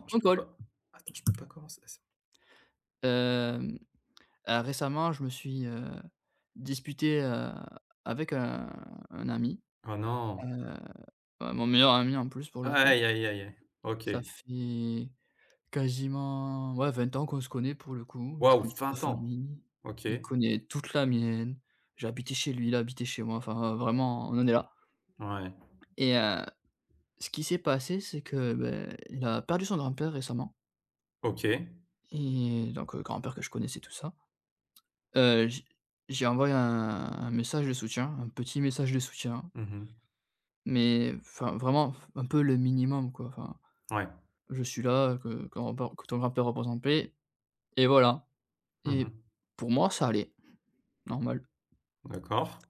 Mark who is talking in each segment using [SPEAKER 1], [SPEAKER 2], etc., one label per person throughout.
[SPEAKER 1] Non, je peux
[SPEAKER 2] Bricole.
[SPEAKER 1] pas. Attends, je peux pas commencer ça.
[SPEAKER 2] Hem, Récemment, je me suis, disputé, avec un ami,
[SPEAKER 1] Oh non!
[SPEAKER 2] heu, mon meilleur ami en plus pour le coup.
[SPEAKER 1] Aïe, aïe, aïe, aïe. OK.
[SPEAKER 2] Ça fait quasiment, ouais, 20 ans qu'on se connaît pour le coup. Je
[SPEAKER 1] Waouh,
[SPEAKER 2] connais toute sa
[SPEAKER 1] 20 ans!
[SPEAKER 2] famille,
[SPEAKER 1] OK.
[SPEAKER 2] il connaît toute la mienne. J'ai habité chez lui, il a habité chez moi, enfin vraiment on en est là
[SPEAKER 1] Ouais.
[SPEAKER 2] et ce qui s'est passé, c'est que, ben il a perdu son grand-père récemment
[SPEAKER 1] OK.
[SPEAKER 2] et donc grand-père que je connaissais tout ça. Heu, j j'ai envoyé un message de soutien, un petit message de soutien,
[SPEAKER 1] Mmh mh.
[SPEAKER 2] mais enfin vraiment un peu le minimum quoi, enfin:
[SPEAKER 1] Ouais.
[SPEAKER 2] «Je suis là, que mon père que ton grand-père repose en paix» et voilà
[SPEAKER 1] Mmh
[SPEAKER 2] et
[SPEAKER 1] mh.
[SPEAKER 2] pour moi ça allait, normal
[SPEAKER 1] D'accord.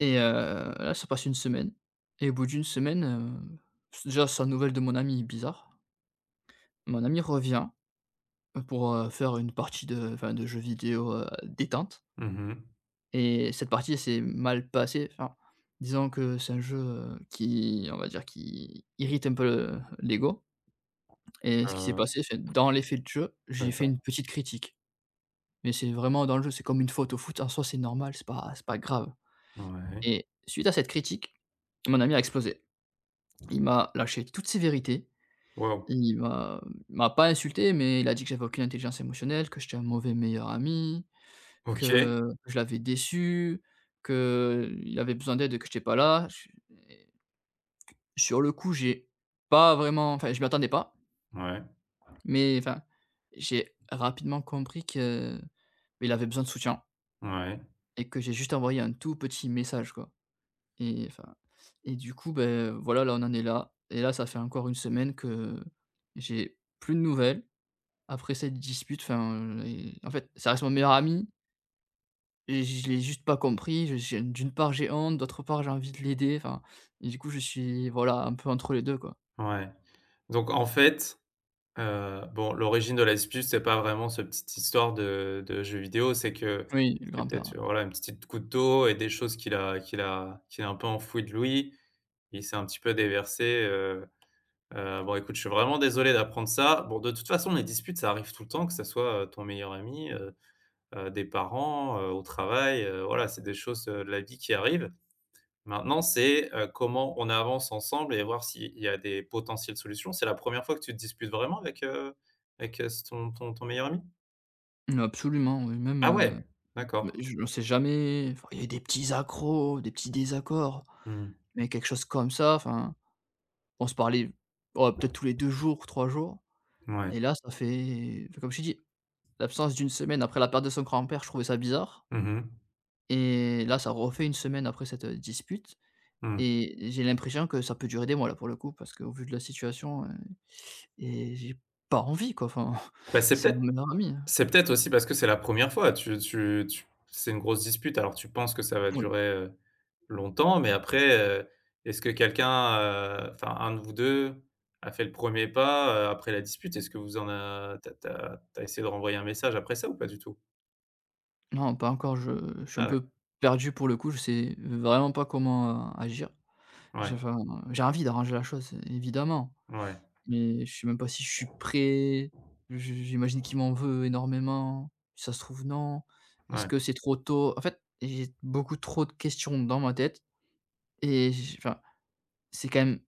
[SPEAKER 2] et là ça passe une semaine et au bout d'une semaine, s déjà sans nouvelle de mon ami, bizarre. Mon ami revient, pour, faire une partie de enfin de jeux vidéo, détente.
[SPEAKER 1] Mmh mh.
[SPEAKER 2] Et cette partie, s'est mal passée. Enfin, disons que c'est un jeu, qui, on va dire, qui irrite un peu le l'ego et ce qui s'est
[SPEAKER 1] Heu,
[SPEAKER 2] passé, c'est dans l'effet de jeu, j'ai fait
[SPEAKER 1] d'accord.
[SPEAKER 2] une petite critique. Mais c'est vraiment dans le jeu, c'est comme une faute au foot, en soi, c'est normal, c'est pas grave
[SPEAKER 1] Ouais.
[SPEAKER 2] et suite à cette critique, mon ami a explosé. Il m'a lâché toutes ses vérités,
[SPEAKER 1] Waouh!
[SPEAKER 2] il m'a il m'a pas insulté, mais il a dit que j'avais aucune intelligence émotionnelle, que j'étais un mauvais meilleur ami,
[SPEAKER 1] OK.
[SPEAKER 2] que je l'avais déçu, que il avait besoin d'aide et que j'étais pas là. Sur le coup, j'ai pas vraiment enfin, je m'y attendais pas,
[SPEAKER 1] Ouais.
[SPEAKER 2] mais enfin, j'ai rapidement compris que il avait besoin de soutien
[SPEAKER 1] Ouais.
[SPEAKER 2] et que j'ai juste envoyé un tout petit message, quoi et enfin et du coup, ben voilà, là, on en est là et là, ça fait encore une semaine que j'ai plus de nouvelles après cette dispute. Enfin, et en fait, ça reste mon meilleur ami et je l'ai juste pas compris. Je J'ai d'une part, j'ai honte, d'autre part, j'ai envie de l'aider, enfin et du coup, je suis, voilà, un peu entre les 2, quoi.
[SPEAKER 1] Ouais. Donc en fait, bon, l'origine de la dispute, c'est pas vraiment ce petite histoire de jeux vidéo, c'est que
[SPEAKER 2] Oui, le
[SPEAKER 1] c'était
[SPEAKER 2] grand-père.
[SPEAKER 1] peut-être, voilà, une petite coup de dos et des choses qu'il a un peu enfoui de lui. Il s'est un petit peu déversé, «Bon écoute, je suis vraiment désolé d'apprendre ça». Bon, de toute façon, les disputes, ça arrive tout le temps, que ça soit, ton meilleur ami, des parents, au travail, voilà, c'est des choses, de la vie qui arrivent. Maintenant, c'est, comment on avance ensemble et voir s'il y a des potentielles solutions. C'est la première fois que tu te disputes vraiment avec, avec, ton meilleur ami?
[SPEAKER 2] Mmh, absolument, oui, même,
[SPEAKER 1] Ah ouais, d'accord.
[SPEAKER 2] je on sait jamais, enfin, il y a eu des petits accros, des petits désaccords,
[SPEAKER 1] Mmh.
[SPEAKER 2] mais quelque chose comme ça, enfin, on se parlait, oh, peut-être tous les 2 jours, 3 jours
[SPEAKER 1] Ouais.
[SPEAKER 2] et là, ça fait enfin, comme je t'ai dit, l'absence d'une semaine après la perte de son grand-père, je trouvais ça bizarre
[SPEAKER 1] Mmh mh.
[SPEAKER 2] et là, ça refait une semaine après cette, dispute
[SPEAKER 1] Mmh.
[SPEAKER 2] et j'ai l'impression que ça peut durer des mois, là, pour le coup, parce qu'au vu de la situation, et j'ai pas envie, quoi, enfin,
[SPEAKER 1] Bah,
[SPEAKER 2] c'est mon meilleur ami, hein.
[SPEAKER 1] c'est peut-être aussi parce que c'est la première fois, tu tu tu c'est une grosse dispute, alors tu penses que ça va
[SPEAKER 2] Oui.
[SPEAKER 1] durer, longtemps, mais après, est-ce que quelqu'un, enfin, un de vous 2, a fait le premier pas, après la dispute? Est-ce que vous en a tu as essayé de renvoyer un message après ça ou pas du tout?
[SPEAKER 2] Non, pas encore, je suis un
[SPEAKER 1] Ah ouais,
[SPEAKER 2] peu perdu pour le coup, je sais vraiment pas comment, agir.
[SPEAKER 1] ouais,
[SPEAKER 2] J'ai enfin, j'ai envie d'arranger la chose, évidemment,
[SPEAKER 1] ouais,
[SPEAKER 2] mais je sais même pas si je suis prêt. J'imagine qu'il m'en veut énormément. Si ça se trouve, non. Est-ce
[SPEAKER 1] ouais,
[SPEAKER 2] que c'est trop tôt? En fait, j'ai beaucoup trop de questions dans ma tête et j enfin, c'est quand même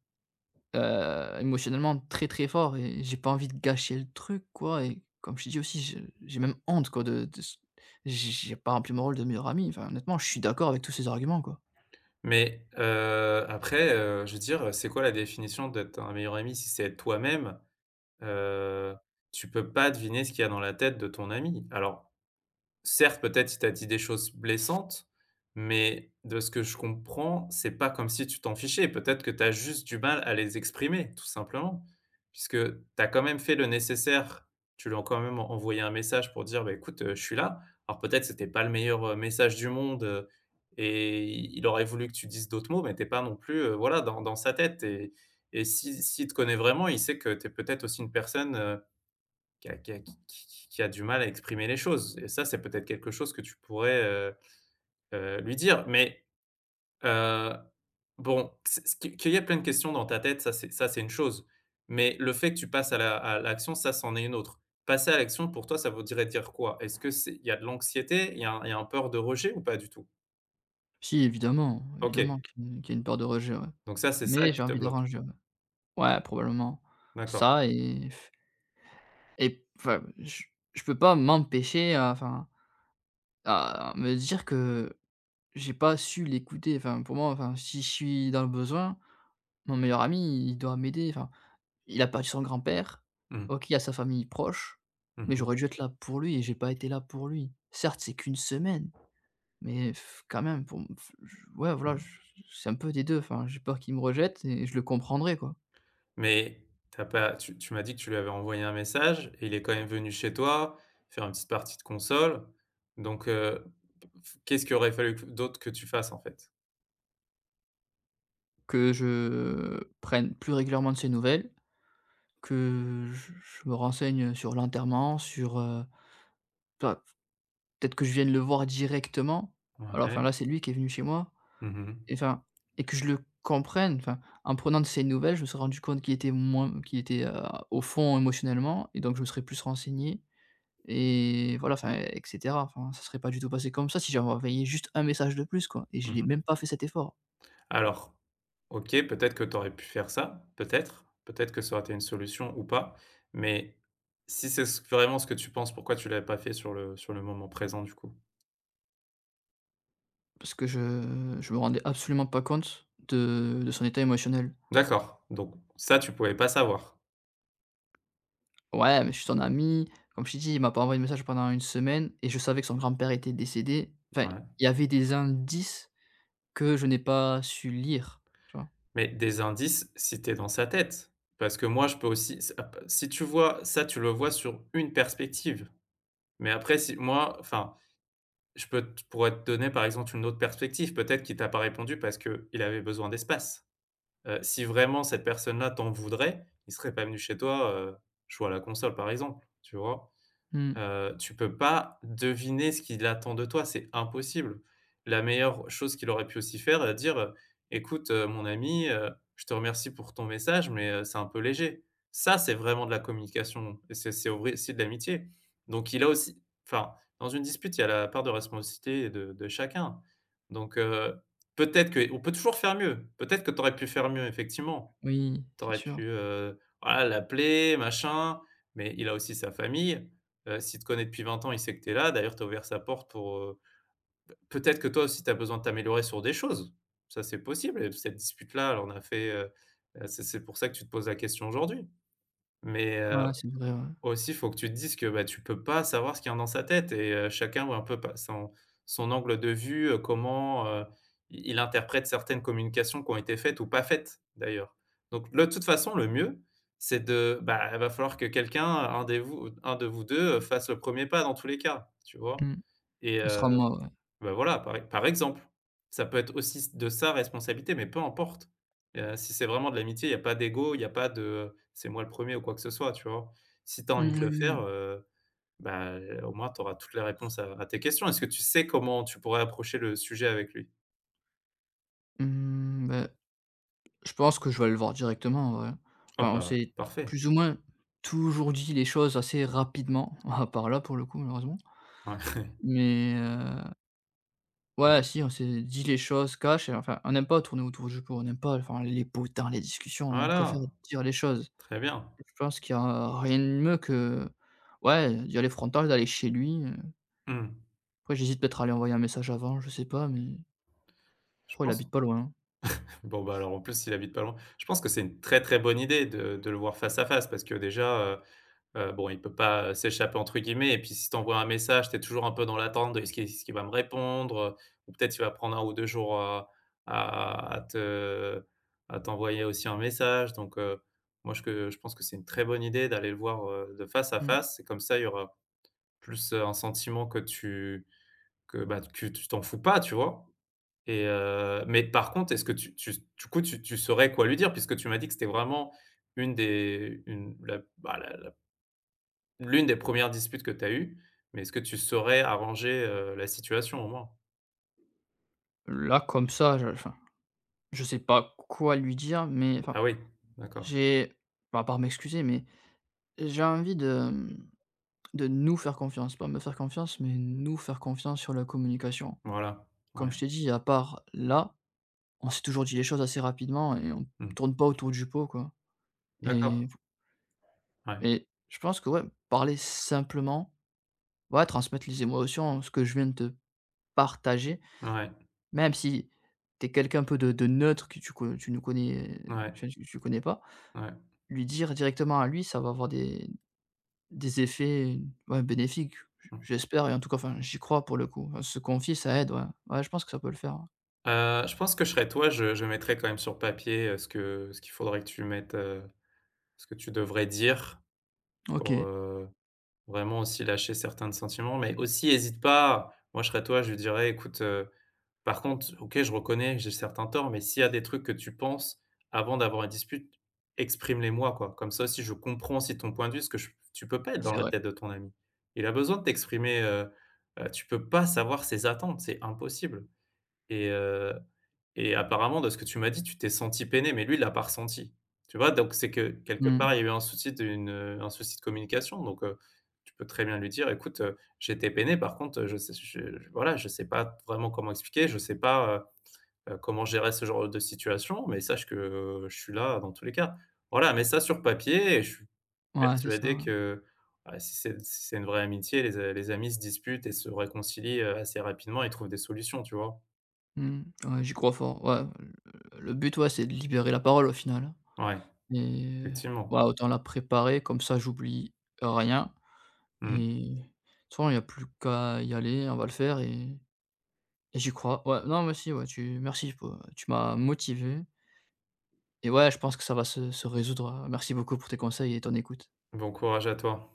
[SPEAKER 2] Émotionnellement très, très fort et j'ai pas envie de gâcher le truc quoi et comme je t'ai dit aussi, je j'ai même honte quoi de ce j'ai pas rempli mon rôle de meilleur ami. Enfin honnêtement, je suis d'accord avec tous ces arguments quoi.
[SPEAKER 1] mais après, je veux dire, c'est quoi la définition d'être un meilleur ami? Si c'est être toi-même, heu, tu peux pas deviner ce qu'il y a dans la tête de ton ami. Alors certes, peut-être, il t'a dit des choses blessantes, mais de ce que je comprends, c'est pas comme si tu t'en fichais. Peut-être que tu as juste du mal à les exprimer, tout simplement, puisque tu as quand même fait le nécessaire. Tu lui as quand même envoyé un message pour dire: «Bah, écoute, je suis là». Alors peut-être, c'était pas le meilleur, message du monde, et il aurait voulu que tu dises d'autres mots, mais t'es pas non plus, voilà, dans sa tête et si s'il te connaît vraiment, il sait que tu es peut-être aussi une personne, qui a du mal à exprimer les choses. Et ça, c'est peut-être quelque chose que tu pourrais, lui dire. Mais heu, bon, c ce qu'il y a plein de questions dans ta tête, ça c'est une chose, mais le fait que tu passes à la à l'action, ça, c'en est une autre. Passer à l'action pour toi, ça voudrait dire quoi? Est-ce que c'est il y a de l'anxiété? Il y a un peur de rejet ou pas du tout?
[SPEAKER 2] Si évidemment,
[SPEAKER 1] OK,
[SPEAKER 2] évidemment qu'il y a une peur de rejet, ouais.
[SPEAKER 1] donc ça, c'est ça
[SPEAKER 2] Mais j'ai
[SPEAKER 1] qui te
[SPEAKER 2] envie de
[SPEAKER 1] bloque.
[SPEAKER 2] ranger, ouais. Ouais, probablement.
[SPEAKER 1] D'accord.
[SPEAKER 2] Ça et et enfin je je peux pas m'empêcher à enfin à me dire que j'ai pas su l'écouter. Enfin pour moi, enfin si je suis dans le besoin, mon meilleur ami, il doit m'aider. Enfin il a perdu son grand-père.
[SPEAKER 1] Mmh.
[SPEAKER 2] OK, il y a sa famille proche, mais
[SPEAKER 1] Mmh.
[SPEAKER 2] j'aurais dû être là pour lui et j'ai pas été là pour lui. Certes, c'est qu'une semaine, mais f- quand même pour m f j ouais, voilà, j
[SPEAKER 1] Mmh.
[SPEAKER 2] c'est un peu des 2. Enfin, j'ai peur qu'il me rejette et je le comprendrais, quoi.
[SPEAKER 1] Mais t'as pas tu tu m'as dit que tu lui avais envoyé un message et il est quand même venu chez toi, faire une petite partie de console, donc f qu'est-ce qu'il aurait fallu que d'autre que tu fasses, en fait?
[SPEAKER 2] Que je prenne plus régulièrement de ses nouvelles, que je me renseigne sur l'enterrement, sur, enfin, peut-être que je vienne le voir directement. Alors
[SPEAKER 1] Ouais.
[SPEAKER 2] enfin, là, c'est lui qui est venu chez moi.
[SPEAKER 1] Mmh mh.
[SPEAKER 2] Et enfin et que je le comprenne, enfin, en prenant de ses nouvelles, je me suis rendu compte qu'il était, au fond émotionnellement et donc je me serais plus renseigné et voilà, enfin et cetera. Enfin, ça serait pas du tout passé comme ça si j'avais envoyé juste un message de plus, quoi et je n'ai
[SPEAKER 1] Mmh.
[SPEAKER 2] même pas fait cet effort
[SPEAKER 1] Alors, OK, peut-être que tu aurais pu faire ça, peut-être. Peut-être que ça aurait été une solution ou pas, mais si c'est ce vraiment ce que tu penses, pourquoi tu l'avais pas fait sur le moment présent, du coup?
[SPEAKER 2] parce que je me rendais absolument pas compte de son état émotionnel.
[SPEAKER 1] D'accord, donc ça, tu pouvais pas savoir?
[SPEAKER 2] Ouais, mais je suis son ami, comme je t'ai dit, il m'a pas envoyé de message pendant une semaine et je savais que son grand-père était décédé. Enfin,
[SPEAKER 1] Ouais.
[SPEAKER 2] il y avait des indices que je n'ai pas su lire, tu vois?
[SPEAKER 1] Mais des indices, si tu es dans sa tête. Parce que moi, je peux aussi s ap si tu vois ça, tu le vois sur une perspective. Mais après, si moi, enfin, je peux te pourrais te donner, par exemple, une autre perspective, peut-être qu'il t'a pas répondu parce qu'il avait besoin d'espace. Si vraiment cette personne-là t'en voudrait, il serait pas venu chez toi, jouer à la console, par exemple, tu vois?
[SPEAKER 2] Mmh.
[SPEAKER 1] Tu peux pas deviner ce qu'il attend de toi, c'est impossible. La meilleure chose qu'il aurait pu aussi faire, dire, «Écoute, mon ami, je te remercie pour ton message, mais, c'est un peu léger». Ça, c'est vraiment de la communication et c'est aussi de l'amitié. Donc il a aussi enfin, dans une dispute, il y a la part de responsabilité de chacun. Donc, peut-être qu'on peut toujours faire mieux. Peut-être que tu aurais pu faire mieux, effectivement.
[SPEAKER 2] Oui, c'est
[SPEAKER 1] T'aurais
[SPEAKER 2] sûr.
[SPEAKER 1] pu, voilà, l'appeler, machin, mais il a aussi sa famille. S'il te connaît depuis 20 ans, il sait que tu es là. D'ailleurs, tu as ouvert sa porte pour, peut-être que toi aussi, tu as besoin de t'améliorer sur des choses. Ça, c'est possible et cette dispute-là, elle en a fait, c'est pour ça que tu te poses la question aujourd'hui. Mais,
[SPEAKER 2] Ouais, c'est vrai, ouais.
[SPEAKER 1] aussi, faut que tu te dises que, bah, tu peux pas savoir ce qu'il y a dans sa tête et chacun voit un peu pa son angle de vue, comment, i il interprète certaines communications qui ont été faites ou pas faites, d'ailleurs. Donc le de toute façon, le mieux, c'est de bah, il va falloir que quelqu'un, un de vous 2 fasse le premier pas dans tous les cas, tu vois?
[SPEAKER 2] Mmh.
[SPEAKER 1] Et
[SPEAKER 2] Ce sera moi, ouais.
[SPEAKER 1] bah, voilà, par exemple. Ça peut être aussi de sa responsabilité, mais peu importe. Si c'est vraiment de l'amitié, il y a pas d'ego, il y a pas de, «C'est moi le premier ou quoi que ce soit», tu vois? Si tu as envie
[SPEAKER 2] Mmh,
[SPEAKER 1] de
[SPEAKER 2] oui,
[SPEAKER 1] le faire,
[SPEAKER 2] oui.
[SPEAKER 1] bah, au moins tu auras toutes les réponses à tes questions. Est-ce que tu sais comment tu pourrais approcher le sujet avec lui?
[SPEAKER 2] Mmh, bah, je pense que je vais aller le voir directement, ouais.
[SPEAKER 1] Ah
[SPEAKER 2] Enfin, on
[SPEAKER 1] bah,
[SPEAKER 2] s'est
[SPEAKER 1] parfait.
[SPEAKER 2] plus ou moins toujours dit les choses assez rapidement, à part là, pour le coup, malheureusement.
[SPEAKER 1] Ouais.
[SPEAKER 2] Mais, ouais, si, on s'est dit les choses cash et enfin, on n'aime pas tourner autour du pot, on n'aime pas, enfin, les potins, les discussions, on préfère
[SPEAKER 1] Voilà,
[SPEAKER 2] dire les choses.
[SPEAKER 1] très bien.
[SPEAKER 2] Je pense qu'il y a rien de mieux que, ouais, d'y aller frontal, d'aller chez lui,
[SPEAKER 1] Mmh.
[SPEAKER 2] Après j'hésite peut-être à lui envoyer un message avant, je sais pas, mais
[SPEAKER 1] Je
[SPEAKER 2] pro il
[SPEAKER 1] pense
[SPEAKER 2] habite pas loin, hein.
[SPEAKER 1] bon, bah, alors, en plus, il habite pas loin. Je pense que c'est une très, très bonne idée de le voir face à face parce que déjà, bon, il peut pas, «s'échapper» entre guillemets et puis si tu envoies un message, tu es toujours un peu dans l'attente de: Est-ce qu'il va me répondre?», ou peut-être il va prendre un ou 2 jours à à te à t'envoyer aussi un message, donc moi je que je pense que c'est une très bonne idée d'aller le voir, de face à
[SPEAKER 2] Mmh.
[SPEAKER 1] face, et comme ça il y aura plus, un sentiment que tu que, bah, que tu t'en fous pas, tu vois? Et mais par contre, est-ce que tu tu du coup tu saurais quoi lui dire? Puisque tu m'as dit que c'était vraiment une des une la, bah, la l'une des premières disputes que tu as eues, mais est-ce que tu saurais arranger, la situation au moins?
[SPEAKER 2] Là, comme ça, je sais pas quoi lui dire, mais enfin,
[SPEAKER 1] Ah oui, d'accord,
[SPEAKER 2] j'ai bah, à part m'excuser, mais j'ai envie de, de nous faire confiance, pas me faire confiance, mais nous faire confiance sur la communication.
[SPEAKER 1] voilà,
[SPEAKER 2] Comme
[SPEAKER 1] ouais,
[SPEAKER 2] je t'ai dit, à part là, on s'est toujours dit les choses assez rapidement et on
[SPEAKER 1] mmh,
[SPEAKER 2] tourne pas autour du pot, quoi
[SPEAKER 1] d'accord,
[SPEAKER 2] et
[SPEAKER 1] ouais,
[SPEAKER 2] et je pense que, ouais, parler simplement, ouais, transmettre les émotions, ce que je viens de te partager.
[SPEAKER 1] ouais,
[SPEAKER 2] Même si t'es quelqu'un un peu de neutre que tu co tu ne connais,
[SPEAKER 1] ouais,
[SPEAKER 2] enfin tu connais pas,
[SPEAKER 1] ouais,
[SPEAKER 2] lui dire directement à lui, ça va avoir des effets, ouais, bénéfiques.
[SPEAKER 1] mmh.
[SPEAKER 2] J'espère et en tout cas, enfin, j'y crois pour le coup. Enfin, se confier, ça aide, ouais. Ouais, je pense que ça peut le faire, ouais.
[SPEAKER 1] Je pense que je serais toi, je mettrais quand même sur papier, ce que ce qu'il faudrait que tu mettes, ce que tu devrais dire pour,
[SPEAKER 2] OK,
[SPEAKER 1] vraiment aussi lâcher certains de sentiments, mais aussi hésite pas, moi je serais toi, je lui dirais: «Écoute,» Par contre, OK, je reconnais que j'ai certains torts, mais s'il y a des trucs que tu penses avant d'avoir une dispute, exprime-les moi, quoi. Comme ça si je comprends si ton point de vue, parce que je tu peux pas être dans,
[SPEAKER 2] c'est
[SPEAKER 1] mmh, la
[SPEAKER 2] vrai.
[SPEAKER 1] tête de ton ami. Il a besoin de t'exprimer, tu peux pas savoir ses attentes, c'est impossible. Et heu et apparemment, de ce que tu m'as dit, tu t'es senti peiné, mais lui, il l'a pas ressenti. Tu vois? Donc c'est que, quelque part,
[SPEAKER 2] Mmh.
[SPEAKER 1] il y a eu un souci d'une, un souci de communication. Donc tu peux très bien lui dire: «Écoute, j'étais peiné. Par contre, je sais je- voilà, je sais pas vraiment comment expliquer, je sais pas, comment gérer ce genre de situation, mais sache que, je suis là dans tous les cas». Voilà, mets ça sur papier et je suis
[SPEAKER 2] Ouais, c'est ça,
[SPEAKER 1] persuadé
[SPEAKER 2] ouais.
[SPEAKER 1] que, bah, si c'est si c'est une vraie amitié, les amis se disputent et se réconcilient, assez rapidement et trouvent des solutions, tu vois?
[SPEAKER 2] Mmh. Ouais, j'y crois fort. Ouais, le but, ouais, c'est de libérer la parole au final
[SPEAKER 1] Ouais.
[SPEAKER 2] et
[SPEAKER 1] Effectivement.
[SPEAKER 2] ouais, autant la préparer comme ça j'oublie rien
[SPEAKER 1] Mmh.
[SPEAKER 2] et de toute façon, il n'y a plus qu'à y aller, on va le faire et j'y crois, ouais. Non, moi aussi, ouais, tu merci pour, tu m'as motivé et ouais, je pense que ça va se résoudre, merci beaucoup pour tes conseils et ton écoute.
[SPEAKER 1] Bon courage à toi.